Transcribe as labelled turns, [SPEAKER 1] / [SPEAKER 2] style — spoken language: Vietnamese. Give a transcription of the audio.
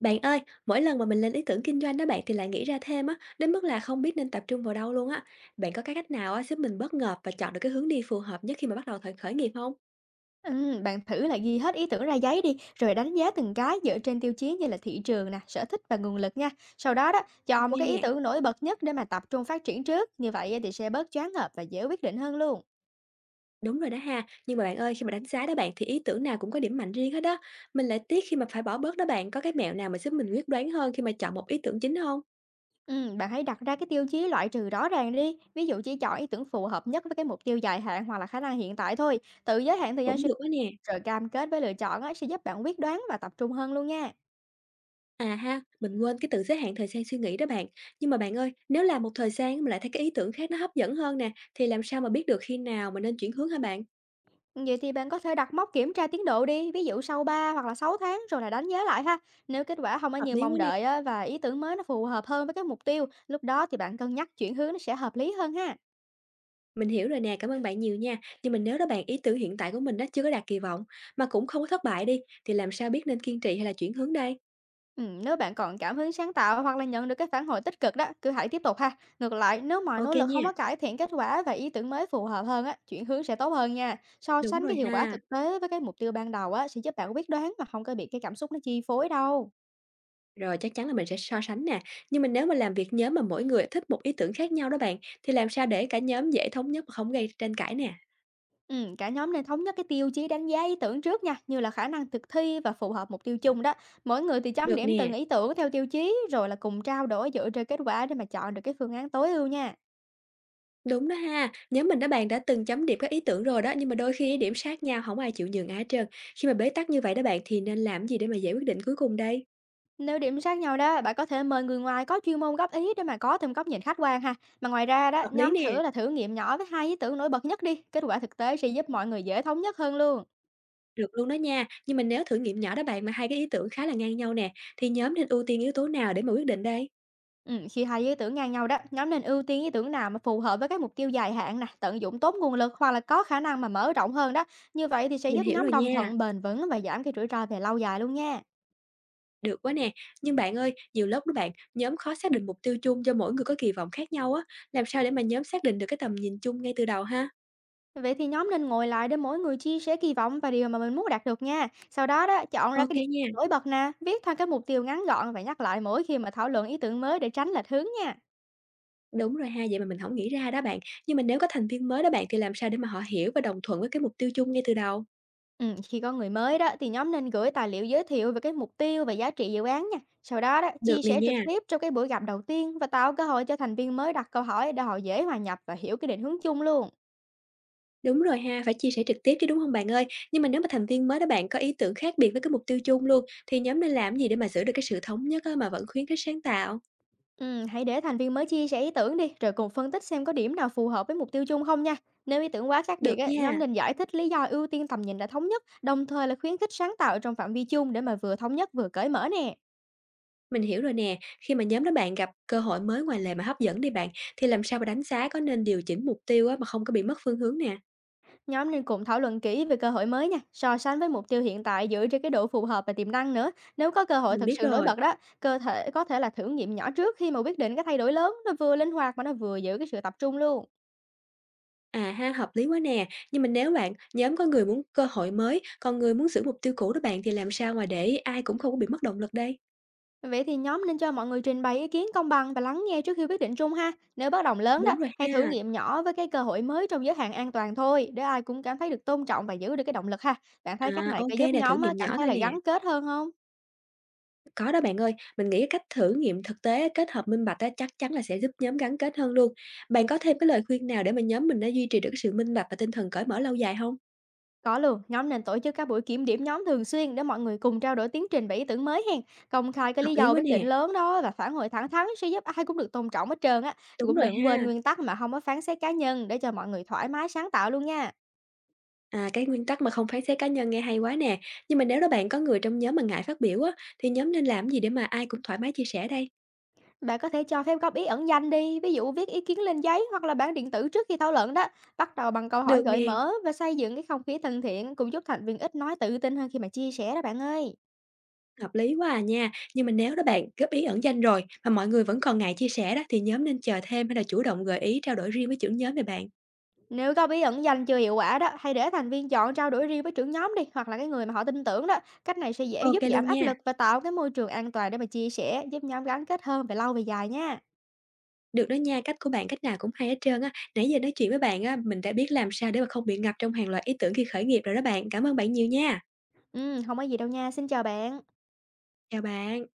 [SPEAKER 1] Bạn ơi, mỗi lần mà mình lên ý tưởng kinh doanh đó bạn thì lại nghĩ ra thêm á, đến mức là không biết nên tập trung vào đâu luôn á. Bạn có cái cách nào á giúp mình bất ngờ và chọn được cái hướng đi phù hợp nhất khi mà bắt đầu khởi khởi nghiệp không?
[SPEAKER 2] Bạn thử là ghi hết ý tưởng ra giấy đi, rồi đánh giá từng cái dựa trên tiêu chí như là thị trường nè, sở thích và nguồn lực nha. Sau đó đó,
[SPEAKER 1] Ok
[SPEAKER 2] chọn một cái ý
[SPEAKER 1] nè.
[SPEAKER 2] tưởng nổi bật nhất để mà tập trung phát triển trước, như vậy á thì sẽ bớt choáng ngợp và dễ quyết định hơn luôn.
[SPEAKER 1] Đúng rồi đó ha, nhưng mà bạn ơi khi mà đánh giá đó bạn thì ý tưởng nào cũng có điểm mạnh riêng hết đó. Mình lại tiếc khi mà phải bỏ bớt đó bạn, có cái mẹo nào mà giúp mình quyết đoán hơn khi mà chọn một ý tưởng chính không?
[SPEAKER 2] Bạn hãy đặt ra cái tiêu chí loại trừ rõ ràng đi, ví dụ chỉ chọn ý tưởng phù hợp nhất với cái mục tiêu dài hạn hoặc là khả năng hiện tại thôi. Tự giới hạn thời gian
[SPEAKER 1] Cũng
[SPEAKER 2] suy
[SPEAKER 1] được đó nè.
[SPEAKER 2] nghĩ rồi cam kết với lựa chọn á, sẽ giúp bạn quyết đoán và tập trung hơn luôn nha.
[SPEAKER 1] À ha, mình quên cái tự giới hạn thời gian suy nghĩ đó bạn. Nhưng mà bạn ơi, nếu làm một thời gian mà lại thấy cái ý tưởng khác nó hấp dẫn hơn nè, thì làm sao mà biết được khi nào mà nên chuyển hướng hả bạn?
[SPEAKER 2] Vậy thì bạn có thể đặt mốc kiểm tra tiến độ đi, ví dụ sau 3 hoặc là 6 tháng rồi là đánh giá lại ha. Nếu kết quả không có
[SPEAKER 1] Hợp
[SPEAKER 2] như
[SPEAKER 1] lý
[SPEAKER 2] mong
[SPEAKER 1] quá nè.
[SPEAKER 2] đợi á, và ý tưởng mới nó phù hợp hơn với cái mục tiêu, lúc đó thì bạn cân nhắc chuyển hướng nó sẽ hợp lý hơn ha.
[SPEAKER 1] Mình hiểu rồi nè, cảm ơn bạn nhiều nha. Nhưng mà nếu đó bạn ý tưởng hiện tại của mình đó chưa có đạt kỳ vọng mà cũng không có thất bại đi thì làm sao biết nên kiên trì hay là chuyển hướng đây?
[SPEAKER 2] Ừ, nếu bạn còn cảm hứng sáng tạo hoặc là nhận được cái phản hồi tích cực đó, cứ hãy tiếp tục ha. Ngược lại, nếu mọi
[SPEAKER 1] Ok
[SPEAKER 2] nỗ lực không
[SPEAKER 1] nha.
[SPEAKER 2] có cải thiện kết quả và ý tưởng mới phù hợp hơn á, chuyển hướng sẽ tốt hơn nha. So
[SPEAKER 1] Đúng
[SPEAKER 2] sánh
[SPEAKER 1] rồi
[SPEAKER 2] cái hiệu quả
[SPEAKER 1] ha.
[SPEAKER 2] thực tế với cái mục tiêu ban đầu á sẽ giúp bạn quyết đoán mà không có bị cái cảm xúc nó chi phối đâu.
[SPEAKER 1] Rồi chắc chắn là mình sẽ so sánh nè. Nhưng mà nếu mà làm việc nhóm mà mỗi người thích một ý tưởng khác nhau đó bạn thì làm sao để cả nhóm dễ thống nhất mà không gây tranh cãi nè?
[SPEAKER 2] Cả nhóm nên thống nhất cái tiêu chí đánh giá ý tưởng trước nha, như là khả năng thực thi và phù hợp mục tiêu chung đó. Mỗi người thì chấm
[SPEAKER 1] Được
[SPEAKER 2] điểm
[SPEAKER 1] nè.
[SPEAKER 2] từng ý tưởng theo tiêu chí, rồi là cùng trao đổi dựa trên kết quả để mà chọn được cái phương án tối ưu nha.
[SPEAKER 1] Đúng đó ha, nhóm mình đó bạn đã từng chấm điểm các ý tưởng rồi đó, nhưng mà đôi khi điểm sát nhau không ai chịu nhường ai hết trơn. Khi mà bế tắc như vậy đó bạn thì nên làm gì để mà giải quyết định cuối cùng đây?
[SPEAKER 2] Nếu điểm sát nhau đó, bạn có thể mời người ngoài có chuyên môn góp ý để mà có thêm góc nhìn khách quan ha. Mà ngoài ra đó,
[SPEAKER 1] Hợp lý
[SPEAKER 2] nhóm
[SPEAKER 1] nè.
[SPEAKER 2] thử nghiệm nhỏ với 2 ý tưởng nổi bật nhất đi, kết quả thực tế sẽ giúp mọi người dễ thống nhất hơn luôn.
[SPEAKER 1] Được luôn đó nha, nhưng mà nếu thử nghiệm nhỏ đó bạn mà hai cái ý tưởng khá là ngang nhau nè, thì nhóm nên ưu tiên yếu tố nào để mà quyết định đây?
[SPEAKER 2] Khi 2 ý tưởng ngang nhau đó, nhóm nên ưu tiên ý tưởng nào mà phù hợp với các mục tiêu dài hạn nè, tận dụng tốt nguồn lực hoặc là có khả năng mà mở rộng hơn đó. Như vậy thì sẽ
[SPEAKER 1] Mình
[SPEAKER 2] giúp
[SPEAKER 1] hiểu
[SPEAKER 2] nhóm
[SPEAKER 1] rồi
[SPEAKER 2] đồng
[SPEAKER 1] nha,
[SPEAKER 2] thuận bền vững và giảm cái rủi ro về lâu dài luôn nha.
[SPEAKER 1] được quá nè. Nhưng bạn ơi, nhiều lúc đó bạn, nhóm khó xác định mục tiêu chung do mỗi người có kỳ vọng khác nhau á, làm sao để mà nhóm xác định được cái tầm nhìn chung ngay từ đầu ha?
[SPEAKER 2] Vậy thì nhóm nên ngồi lại để mỗi người chia sẻ kỳ vọng và điều mà mình muốn đạt được nha. Sau đó đó, chọn ra
[SPEAKER 1] Ok
[SPEAKER 2] cái điểm
[SPEAKER 1] nha,
[SPEAKER 2] nổi bật nè, viết thành các mục tiêu ngắn gọn và nhắc lại mỗi khi mà thảo luận ý tưởng mới để tránh lệch hướng nha.
[SPEAKER 1] đúng rồi ha, vậy mà mình không nghĩ ra đó bạn. Nhưng mà nếu có thành viên mới đó bạn thì làm sao để mà họ hiểu và đồng thuận với cái mục tiêu chung ngay từ đầu?
[SPEAKER 2] Khi có người mới đó thì nhóm nên gửi tài liệu giới thiệu về cái mục tiêu và giá trị dự án nha. Sau đó đó, chia
[SPEAKER 1] Được này
[SPEAKER 2] sẻ trực
[SPEAKER 1] nha.
[SPEAKER 2] tiếp trong cái buổi gặp đầu tiên và tạo cơ hội cho thành viên mới đặt câu hỏi để họ dễ hòa nhập và hiểu cái định hướng chung luôn.
[SPEAKER 1] Đúng rồi ha, phải chia sẻ trực tiếp chứ, đúng không bạn ơi? Nhưng mà nếu mà thành viên mới đó bạn có ý tưởng khác biệt với cái mục tiêu chung luôn, thì nhóm nên làm gì để mà giữ được cái sự thống nhất á, mà vẫn khuyến khích sáng tạo?
[SPEAKER 2] Hãy để thành viên mới chia sẻ ý tưởng đi, rồi cùng phân tích xem có điểm nào phù hợp với mục tiêu chung không nha. Nếu ý tưởng quá khác biệt,
[SPEAKER 1] Được
[SPEAKER 2] á, nhóm
[SPEAKER 1] nha,
[SPEAKER 2] nên giải thích lý do ưu tiên tầm nhìn đã thống nhất, đồng thời là khuyến khích sáng tạo trong phạm vi chung để mà vừa thống nhất vừa cởi mở nè.
[SPEAKER 1] mình hiểu rồi nè. Khi mà nhóm đó bạn gặp cơ hội mới ngoài lề mà hấp dẫn đi bạn, thì làm sao mà đánh giá có nên điều chỉnh mục tiêu á, mà không có bị mất phương hướng nè?
[SPEAKER 2] Nhóm nên cùng thảo luận kỹ về cơ hội mới nha, so sánh với mục tiêu hiện tại dựa trên cái độ phù hợp và tiềm năng nữa. Nếu có cơ hội
[SPEAKER 1] Mình
[SPEAKER 2] thật
[SPEAKER 1] biết
[SPEAKER 2] sự nổi
[SPEAKER 1] rồi.
[SPEAKER 2] bật đó, cơ thể có thể là thử nghiệm nhỏ trước khi mà quyết định cái thay đổi lớn, nó vừa linh hoạt mà nó vừa giữ cái sự tập trung luôn.
[SPEAKER 1] À ha, hợp lý quá nè. Nhưng mà nếu bạn nhóm có người muốn cơ hội mới, còn người muốn giữ mục tiêu cũ đó bạn, thì làm sao mà để ai cũng không có bị mất động lực đây?
[SPEAKER 2] Vậy thì nhóm nên cho mọi người trình bày ý kiến công bằng và lắng nghe trước khi quyết định chung ha. Nếu bất đồng lớn
[SPEAKER 1] Đúng
[SPEAKER 2] đó,
[SPEAKER 1] rồi
[SPEAKER 2] hãy thử
[SPEAKER 1] ha.
[SPEAKER 2] nghiệm nhỏ với cái cơ hội mới trong giới hạn an toàn thôi, để ai cũng cảm thấy được tôn trọng và giữ được cái động lực ha. Bạn thấy cách
[SPEAKER 1] À,
[SPEAKER 2] này
[SPEAKER 1] ô
[SPEAKER 2] có giúp
[SPEAKER 1] nè, thử
[SPEAKER 2] nhóm á,
[SPEAKER 1] nghiệm
[SPEAKER 2] cảm
[SPEAKER 1] nhỏ
[SPEAKER 2] thấy
[SPEAKER 1] thôi
[SPEAKER 2] là
[SPEAKER 1] nè.
[SPEAKER 2] gắn kết hơn không?
[SPEAKER 1] Có đó bạn ơi, mình nghĩ cái cách thử nghiệm thực tế kết hợp minh bạch á, chắc chắn là sẽ giúp nhóm gắn kết hơn luôn. Bạn có thêm cái lời khuyên nào để mà nhóm mình nó duy trì được cái sự minh bạch và tinh thần cởi mở lâu dài không?
[SPEAKER 2] Có luôn, nhóm nên tổ chức các buổi kiểm điểm nhóm thường xuyên để mọi người cùng trao đổi tiến trình và ý tưởng mới hen. Công khai cái
[SPEAKER 1] Hợp
[SPEAKER 2] lý
[SPEAKER 1] lý
[SPEAKER 2] do
[SPEAKER 1] quá
[SPEAKER 2] quyết định
[SPEAKER 1] nè.
[SPEAKER 2] lớn đó và phản hồi thẳng thắn sẽ giúp ai cũng được tôn trọng hết trơn á.
[SPEAKER 1] Đúng
[SPEAKER 2] Cũng
[SPEAKER 1] rồi
[SPEAKER 2] đừng quên
[SPEAKER 1] ha.
[SPEAKER 2] nguyên tắc mà không có phán xét cá nhân để cho mọi người thoải mái sáng tạo luôn nha.
[SPEAKER 1] À, cái nguyên tắc mà không phán xét cá nhân nghe hay quá nè. Nhưng mà nếu đó bạn có người trong nhóm mà ngại phát biểu á, thì nhóm nên làm gì để mà ai cũng thoải mái chia sẻ đây?
[SPEAKER 2] Bạn có thể cho phép góp ý ẩn danh đi, ví dụ viết ý kiến lên giấy hoặc là bản điện tử trước khi thảo luận đó. Bắt đầu bằng câu hỏi
[SPEAKER 1] Được
[SPEAKER 2] gợi
[SPEAKER 1] nè,
[SPEAKER 2] mở và xây dựng cái không khí thân thiện cũng giúp thành viên ít nói tự tin hơn khi mà chia sẻ đó bạn ơi.
[SPEAKER 1] hợp lý quá à nha. Nhưng mà nếu đó bạn góp ý ẩn danh rồi mà mọi người vẫn còn ngại chia sẻ đó, thì nhóm nên chờ thêm hay là chủ động gợi ý trao đổi riêng với trưởng nhóm vậy bạn?
[SPEAKER 2] Nếu có bí ẩn danh chưa hiệu quả đó, hãy để thành viên chọn trao đổi riêng với trưởng nhóm đi, hoặc là cái người mà họ tin tưởng đó. Cách này sẽ dễ
[SPEAKER 1] Ok
[SPEAKER 2] giúp giảm
[SPEAKER 1] luôn
[SPEAKER 2] áp
[SPEAKER 1] nha.
[SPEAKER 2] lực và tạo cái môi trường an toàn để mà chia sẻ, giúp nhóm gắn kết hơn về lâu về dài nha.
[SPEAKER 1] Được đó nha, cách của bạn cách nào cũng hay hết trơn á. Nãy giờ nói chuyện với bạn á, mình đã biết làm sao để mà không bị ngập trong hàng loạt ý tưởng khi khởi nghiệp rồi đó bạn. Cảm ơn bạn nhiều nha.
[SPEAKER 2] Ừ, không có gì đâu nha. Xin chào bạn.
[SPEAKER 1] Chào bạn.